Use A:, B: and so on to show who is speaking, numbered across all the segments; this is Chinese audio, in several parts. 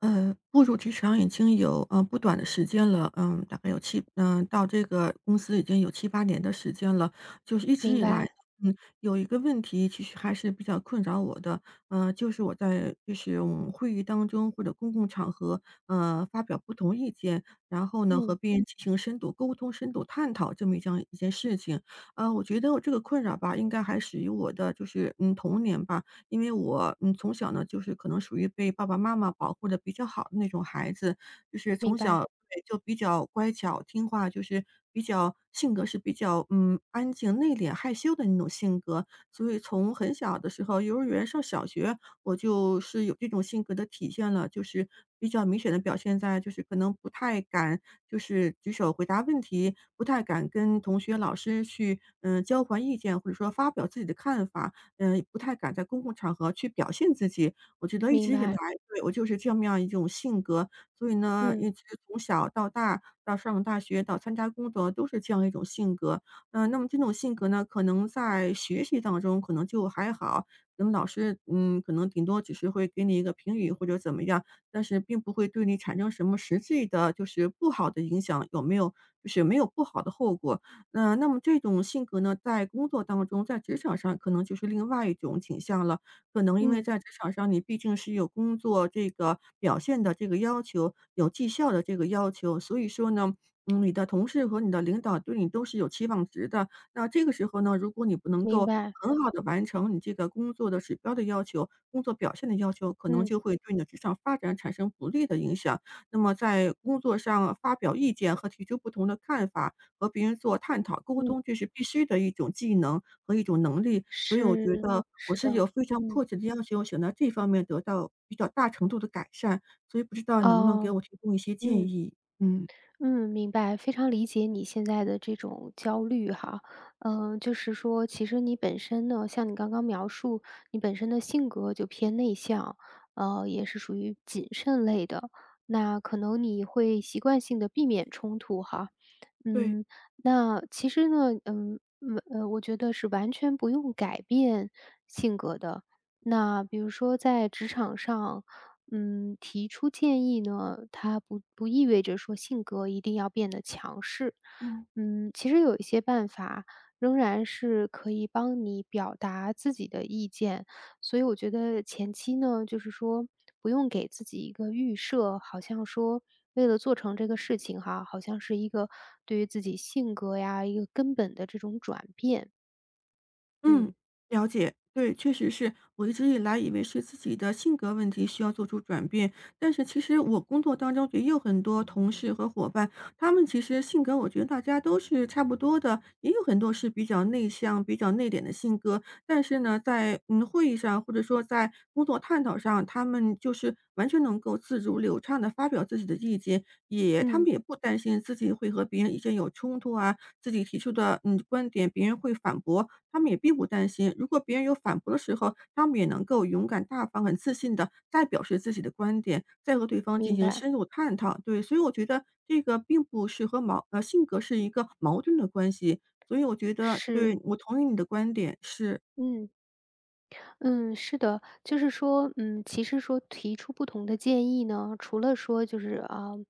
A: 步入职场已经有，不短的时间了，嗯，大概有到这个公司已经有七八年的时间了。就是一直
B: 明
A: 以来，
B: 白。
A: 嗯，有一个问题其实还是比较困扰我的，嗯，就是我在就是我们会议当中或者公共场合，发表不同意见，然后呢，和
B: 嗯，
A: 别人进行深度沟通、深度探讨这么一件事情。呃，我觉得我这个困扰吧，应该还始于我的就是，嗯，童年吧。因为我，嗯，从小呢，就是可能属于被爸爸妈妈保护的比较好的那种孩子，就是
B: 明
A: 从小
B: 白。
A: 对就比较乖巧听话，就是比较性格是比较，嗯，安静、内敛、害羞的那种性格。所以从很小的时候，幼儿园上小学，我就是有这种性格的体现了，就是比较明显的表现在就是可能不太敢就是举手回答问题，不太敢跟同学、老师去，嗯，交换意见，或者说发表自己的看法。嗯，不太敢在公共场合去表现自己。我觉得一
B: 明
A: 直以来，
B: 白。
A: 对，我就是这么样一种性格，所以呢，
B: 嗯，
A: 一直从小到大，到上大学，到参加工作，都是这样一种性格。嗯，那么这种性格呢，可能在学习当中可能就还好，那么老师，嗯，可能顶多只是会给你一个评语或者怎么样，但是并不会对你产生什么实际的，就是不好的影响，有没有就是没有不好的后果。呃，那么这种性格呢，在工作当中，在职场上可能就是另外一种倾向了。可能因为
B: 嗯，
A: 在职场上，你毕竟是有工作这个表现的这个要求，有绩效的这个要求，所以说呢，嗯，你的同事和你的领导对你都是有期望值的。那这个时候呢，如果你不能
B: 明
A: 够
B: 白。
A: 很好的完成你这个工作的指标的要求，工作表现的要求，可能
B: 嗯，
A: 就会对你的职场发展产生不利的影响。那么在工作上发表意见和提出不同的看法，和别人做探讨、沟
B: 嗯，
A: 通，这是必须的一种技能和一种能力。所以我
B: 是。
A: 觉得我
B: 是
A: 是
B: 的。
A: 有非常
B: 嗯，
A: 迫切的要求，想在这方面得到比较大程度的改善，所以不知道能不能给
B: 哦。
A: 我提供一些建
B: 嗯。
A: 议？嗯。
B: 嗯，明白，非常理解你现在的这种焦虑哈。嗯，就是说，其实你本身呢，像你刚刚描述，你本身的性格就偏内向，也是属于谨慎类的。那可能你会习惯性的避免冲突哈。
A: 对，
B: 嗯，那其实呢，我觉得是完全不用改变性格的。那比如说在职场上，嗯，提出建议呢，它不意味着说性格一定要变得强势。
A: 嗯。
B: 嗯，其实有一些办法仍然是可以帮你表达自己的意见，所以我觉得前期呢，就是说不用给自己一个预设，好像说为了做成这个事情哈，好像是一个对于自己性格呀一个根本的这种转变。
A: 嗯，
B: 嗯。
A: 了解。对，确实是我一直以来以为是自己的性格问题需要做出转变，但是其实我工作当中也有很多同事和伙伴，他们其实性格我觉得大家都是差不多的，也有很多是比较内向、比较内敛的性格，但是呢，在会议上或者说在工作探讨上，他们就是完全能够自如流畅的发表自己的意见，他们
B: 嗯，
A: 也不担心自己会和别人意见有冲突啊，自己提出的观点别人会反驳，他们也并不担心，如果别人有反驳的时候，他们也能够勇敢大方、很自信的再表示自己的观点，再和对方进
B: 明
A: 行
B: 白。
A: 深入探讨。对，所以我觉得这个并不是性格是一个矛盾的关系，所以我觉得
B: 是。
A: 对，我同意你的观点，是。
B: 嗯。嗯，是的，就是说，嗯，其实说提出不同的建议呢，除了说就是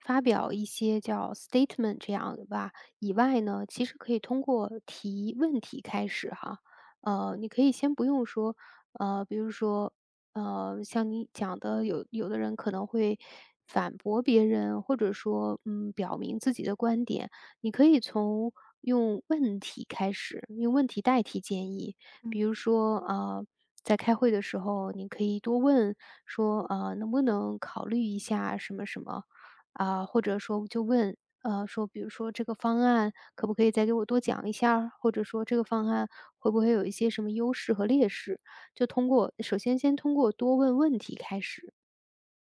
B: 发表一些叫 statement 这样的吧以外呢，其实可以通过提问题开始哈。你可以先不用说，比如说，像你讲的，有的人可能会反驳别人，或者说，嗯，表明自己的观点，你可以从用问题开始，用问题代替建议。
A: 嗯。
B: 比如说，在开会的时候，你可以多问说，能不能考虑一下什么什么或者说就问，说比如说这个方案可不可以再给我多讲一下儿或者说这个方案会不会有一些什么优势和劣势？就首先通过多问问题开始。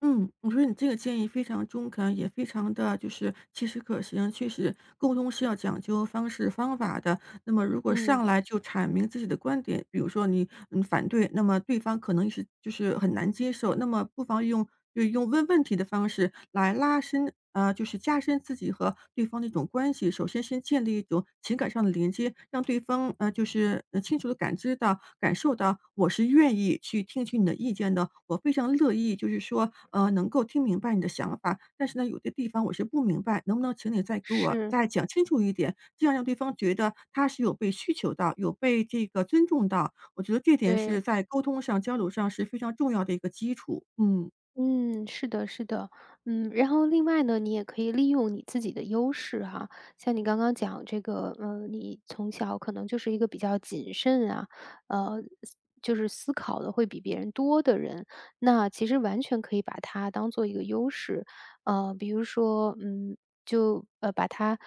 A: 嗯，我觉得你这个建议非常中肯，也非常的就是切实可行。确实沟通是要讲究方式方法的，那么如果
B: 嗯，
A: 上来就阐明自己的观点，比如说你反对，那么对方可能是就是很难接受，那么不妨用就用问问题的方式来拉伸，呃，就是加深自己和对方的一种关系。首先先建立一种情感上的连接，让对方清楚的感知到、感受到我是愿意去听取你的意见的，我非常乐意，就是说能够听明白你的想法，但是呢有些地方我是不明白，能不能请你再给我
B: 是
A: 再讲清楚一点？这样让对方觉得他是有被需求到，有被这个尊重到。我觉得这点是
B: 对。
A: 在沟通上、交流上是非常重要的一个基础，嗯。
B: 嗯，是的，是的，嗯，然后另外呢，你也可以利用你自己的优势哈，像你刚刚讲这个，你从小可能就是一个比较谨慎啊，呃，思就是思考的会比别人多的人，那其实完全可以把它当做一个优势，比如说，把它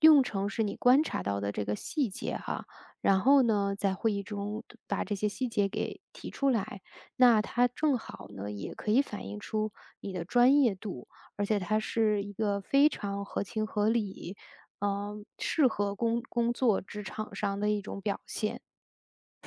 B: 用成是你观察到的这个细节哈，然后呢，在会议中把这些细节给提出来。那它正好呢，也可以反映出你的专业度，而且它是一个非常合情合理，嗯，适合工作职场上的一种表现。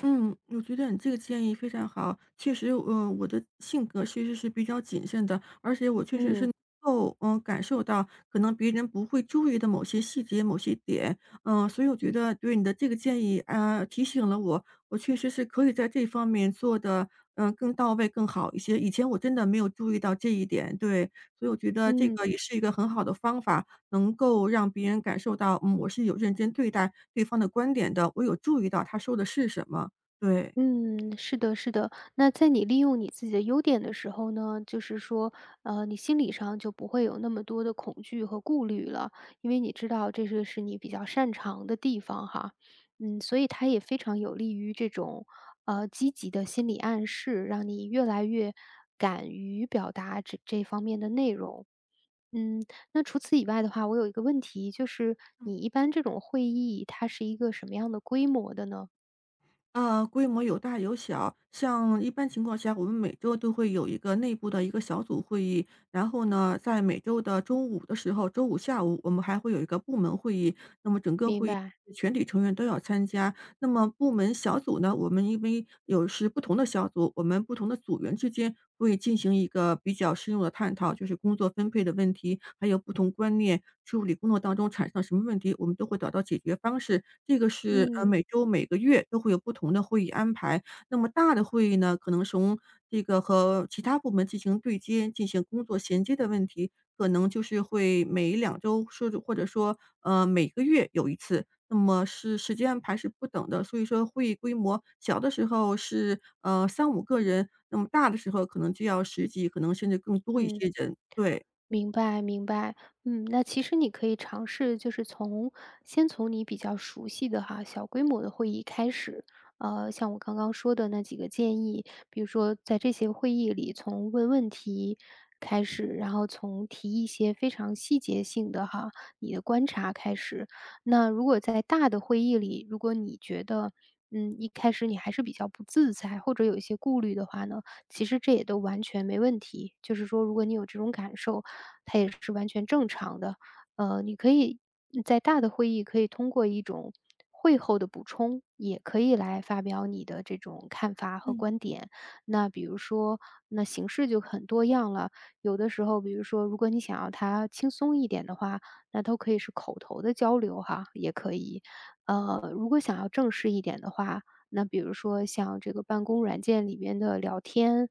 A: 嗯，我觉得你这个建议非常好。确实，呃，我的性格确实是比较谨慎的，而且我确实是
B: 嗯。
A: 能够，嗯、感受到可能别人不会注意的某些细节、某些点。嗯、所以我觉得对你的这个建议，啊、提醒了我，我确实是可以在这方面做的，嗯、更到位、更好一些。以前我真的没有注意到这一点，对，所以我觉得这
B: 嗯。
A: 个也是一个很好的方法，能够让别人感受到，嗯，我是有认真对待对方的观点的，我有注意到他说的是什么。对，
B: 嗯，是的，是的。那在你利用你自己的优点的时候呢，就是说，你心理上就不会有那么多的恐惧和顾虑了，因为你知道这是你比较擅长的地方哈。嗯，所以它也非常有利于这种积极的心理暗示，让你越来越敢于表达这方面的内容。嗯，那除此以外的话，我有一个问题，就是你一般这种会议，它是一个什么样的规模的呢？
A: 呃，规模有大有小。像一般情况下，我们每周都会有一个内部的一个小组会议，然后呢，在每周的周五的时候，周五下午我们还会有一个部门会议。那么整个
B: 明
A: 会议
B: 白。
A: 全体成员都要参加，那么部门小组呢，我们因为有是不同的小组，我们不同的组员之间会进行一个比较深入的探讨，就是工作分配的问题，还有不同观念处理工作当中产生什么问题，我们都会找到解决方式。这个是
B: 嗯。
A: 每周每个月都会有不同的会议安排。那么大的会议呢，可能从这个和其他部门进行对接、进行工作衔接的问题，可能就是会每两周说，或者说每个月有一次。那么是时间安排是不等的，所以说会议规模小的时候是，呃三五个人，那么大的时候可能就要十几，可能甚至更多一
B: 嗯，
A: 些人，对，
B: 明白明白。嗯，那其实你可以尝试，就是从先从你比较熟悉的哈小规模的会议开始。像我刚刚说的那几个建议，比如说在这些会议里，从问问题开始，然后从提一些非常细节性的哈你的观察开始。那如果在大的会议里，如果你觉得嗯，一开始你还是比较不自在，或者有一些顾虑的话呢，其实这也都完全没问题。就是说如果你有这种感受，它也是完全正常的。你可以在大的会议可以通过一种会后的补充，也可以来发表你的这种看法和
A: 嗯
B: 观点。那比如说，那形式就很多样了。有的时候，比如说，如果你想要它轻松一点的话，那都可以是口头的交流哈，也可以。如果想要正式一点的话，那比如说像这个办公软件里面的聊天，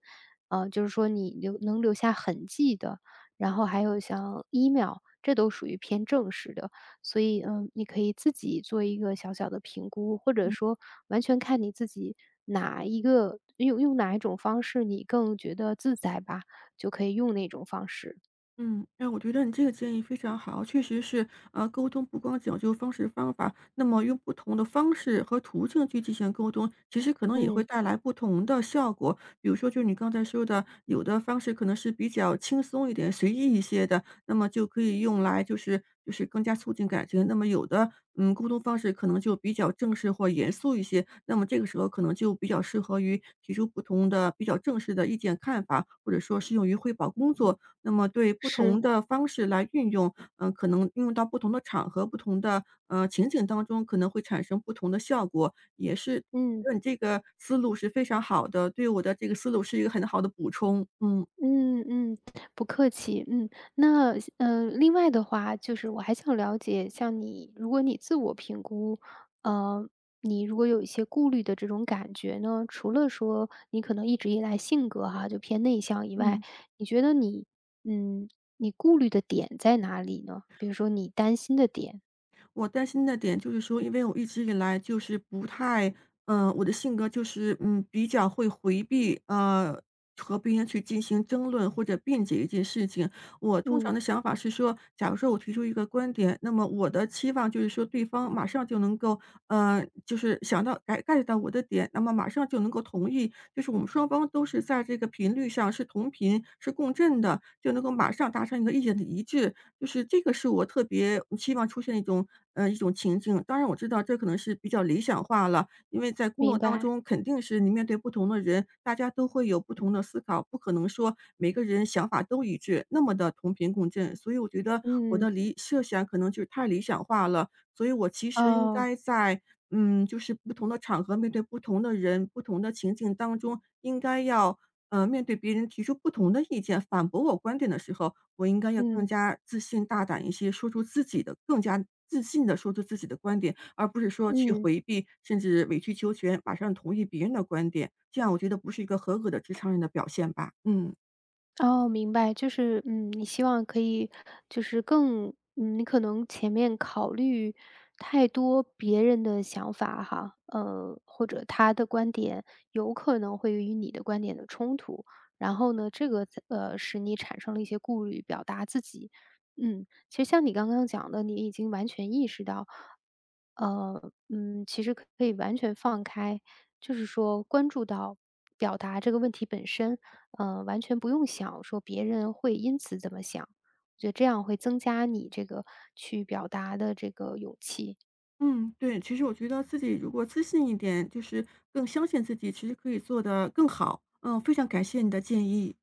B: 就是说你能留下痕迹的，然后还有像 email,这都属于偏正式的。所以，嗯，你可以自己做一个小小的评估，或者
A: 嗯。
B: 说完全看你自己哪一个用哪一种方式你更觉得自在吧，就可以用那种方式。
A: 嗯，哎，我觉得你这个建议非常好，确实是，呃，沟通不光讲究方式方法，那么用不同的方式和途径去进行沟通，其实可能也会
B: 嗯。
A: 带来不同的效果。比如说，就你刚才说的，有的方式可能是比较轻松一点、随意一些的，那么就可以用来就是更加促进感情。那么有的，嗯，沟通方式可能就比较正式或严肃一些，那么这个时候可能就比较适合于提出不同的比较正式的意见看法，或者说适用于汇报工作。那么对不同
B: 是。
A: 的方式来运用，嗯，可能运用到不同的场合、不同的，呃，情景当中，可能会产生不同的效果，也是
B: 嗯。
A: 觉得你这个思路是非常好的，对我的这个思路是一个很好的补充，嗯，
B: 嗯。不客气。嗯，那另外的话，就是我还想了解，像你，如果你自我评估，呃，你如果有一些顾虑的这种感觉呢，除了说你可能一直以来性格哈，就偏内向以外，
A: 嗯。
B: 你觉得你，嗯，你顾虑的点在哪里呢？比如说你担心的点。
A: 我担心的点就是说，因为我一直以来就是不太，呃，我的性格就是，嗯，比较会回避，呃，和别人去进行争论或者辩解一件事情。我通
B: 嗯，
A: 常的想法是说，假如说我提出一个观点，那么我的期望就是说对方马上就能够，呃，就是想到 get 到我的点，那么马上就能够同意，就是我们双方都是在这个频率上是同频、是共振的，就能够马上达成一个意见的一致。就是这个是我特别希望出现的一种一种情境。当然我知道这可能是比较理想化了，因为在工作
B: 明
A: 当
B: 白。
A: 中肯定是你面对不同的人，大家都会有不同的思考，不可能说每个人想法都一致，那么的同频共振。所以我觉得我
B: 嗯，
A: 的设想可能就是太理想化了，所以我其实应
B: 哦，
A: 该在，嗯，就是不同的场合面对不同的人、不同的情境当中，应该要呃，面对别人提出不同的意见，反驳我观点的时候，我应该要更
B: 嗯，
A: 加自信、大胆一些，说出自己的更加自信的说出自己的观点，而不是说去
B: 嗯。
A: 回避，甚至委曲求全，马上同意别人的观点。这样我觉得不是一个合格的职场人的表现吧。嗯。
B: 哦，明白，就是，嗯，你希望可以就是更嗯，你可能前面考虑太多别人的想法哈，或者他的观点有可能会与你的观点的冲突，然后呢，使你产生了一些顾虑，表达自己。嗯，其实像你刚刚讲的，你已经完全意识到，其实可以完全放开，就是说关注到表达这个问题本身。嗯，完全不用想说别人会因此怎么想，我觉得这样会增加你这个去表达的这个勇气。
A: 嗯，对，其实我觉得自己如果自信一点，就是更相信自己，其实可以做得更好。嗯，非常感谢你的建议。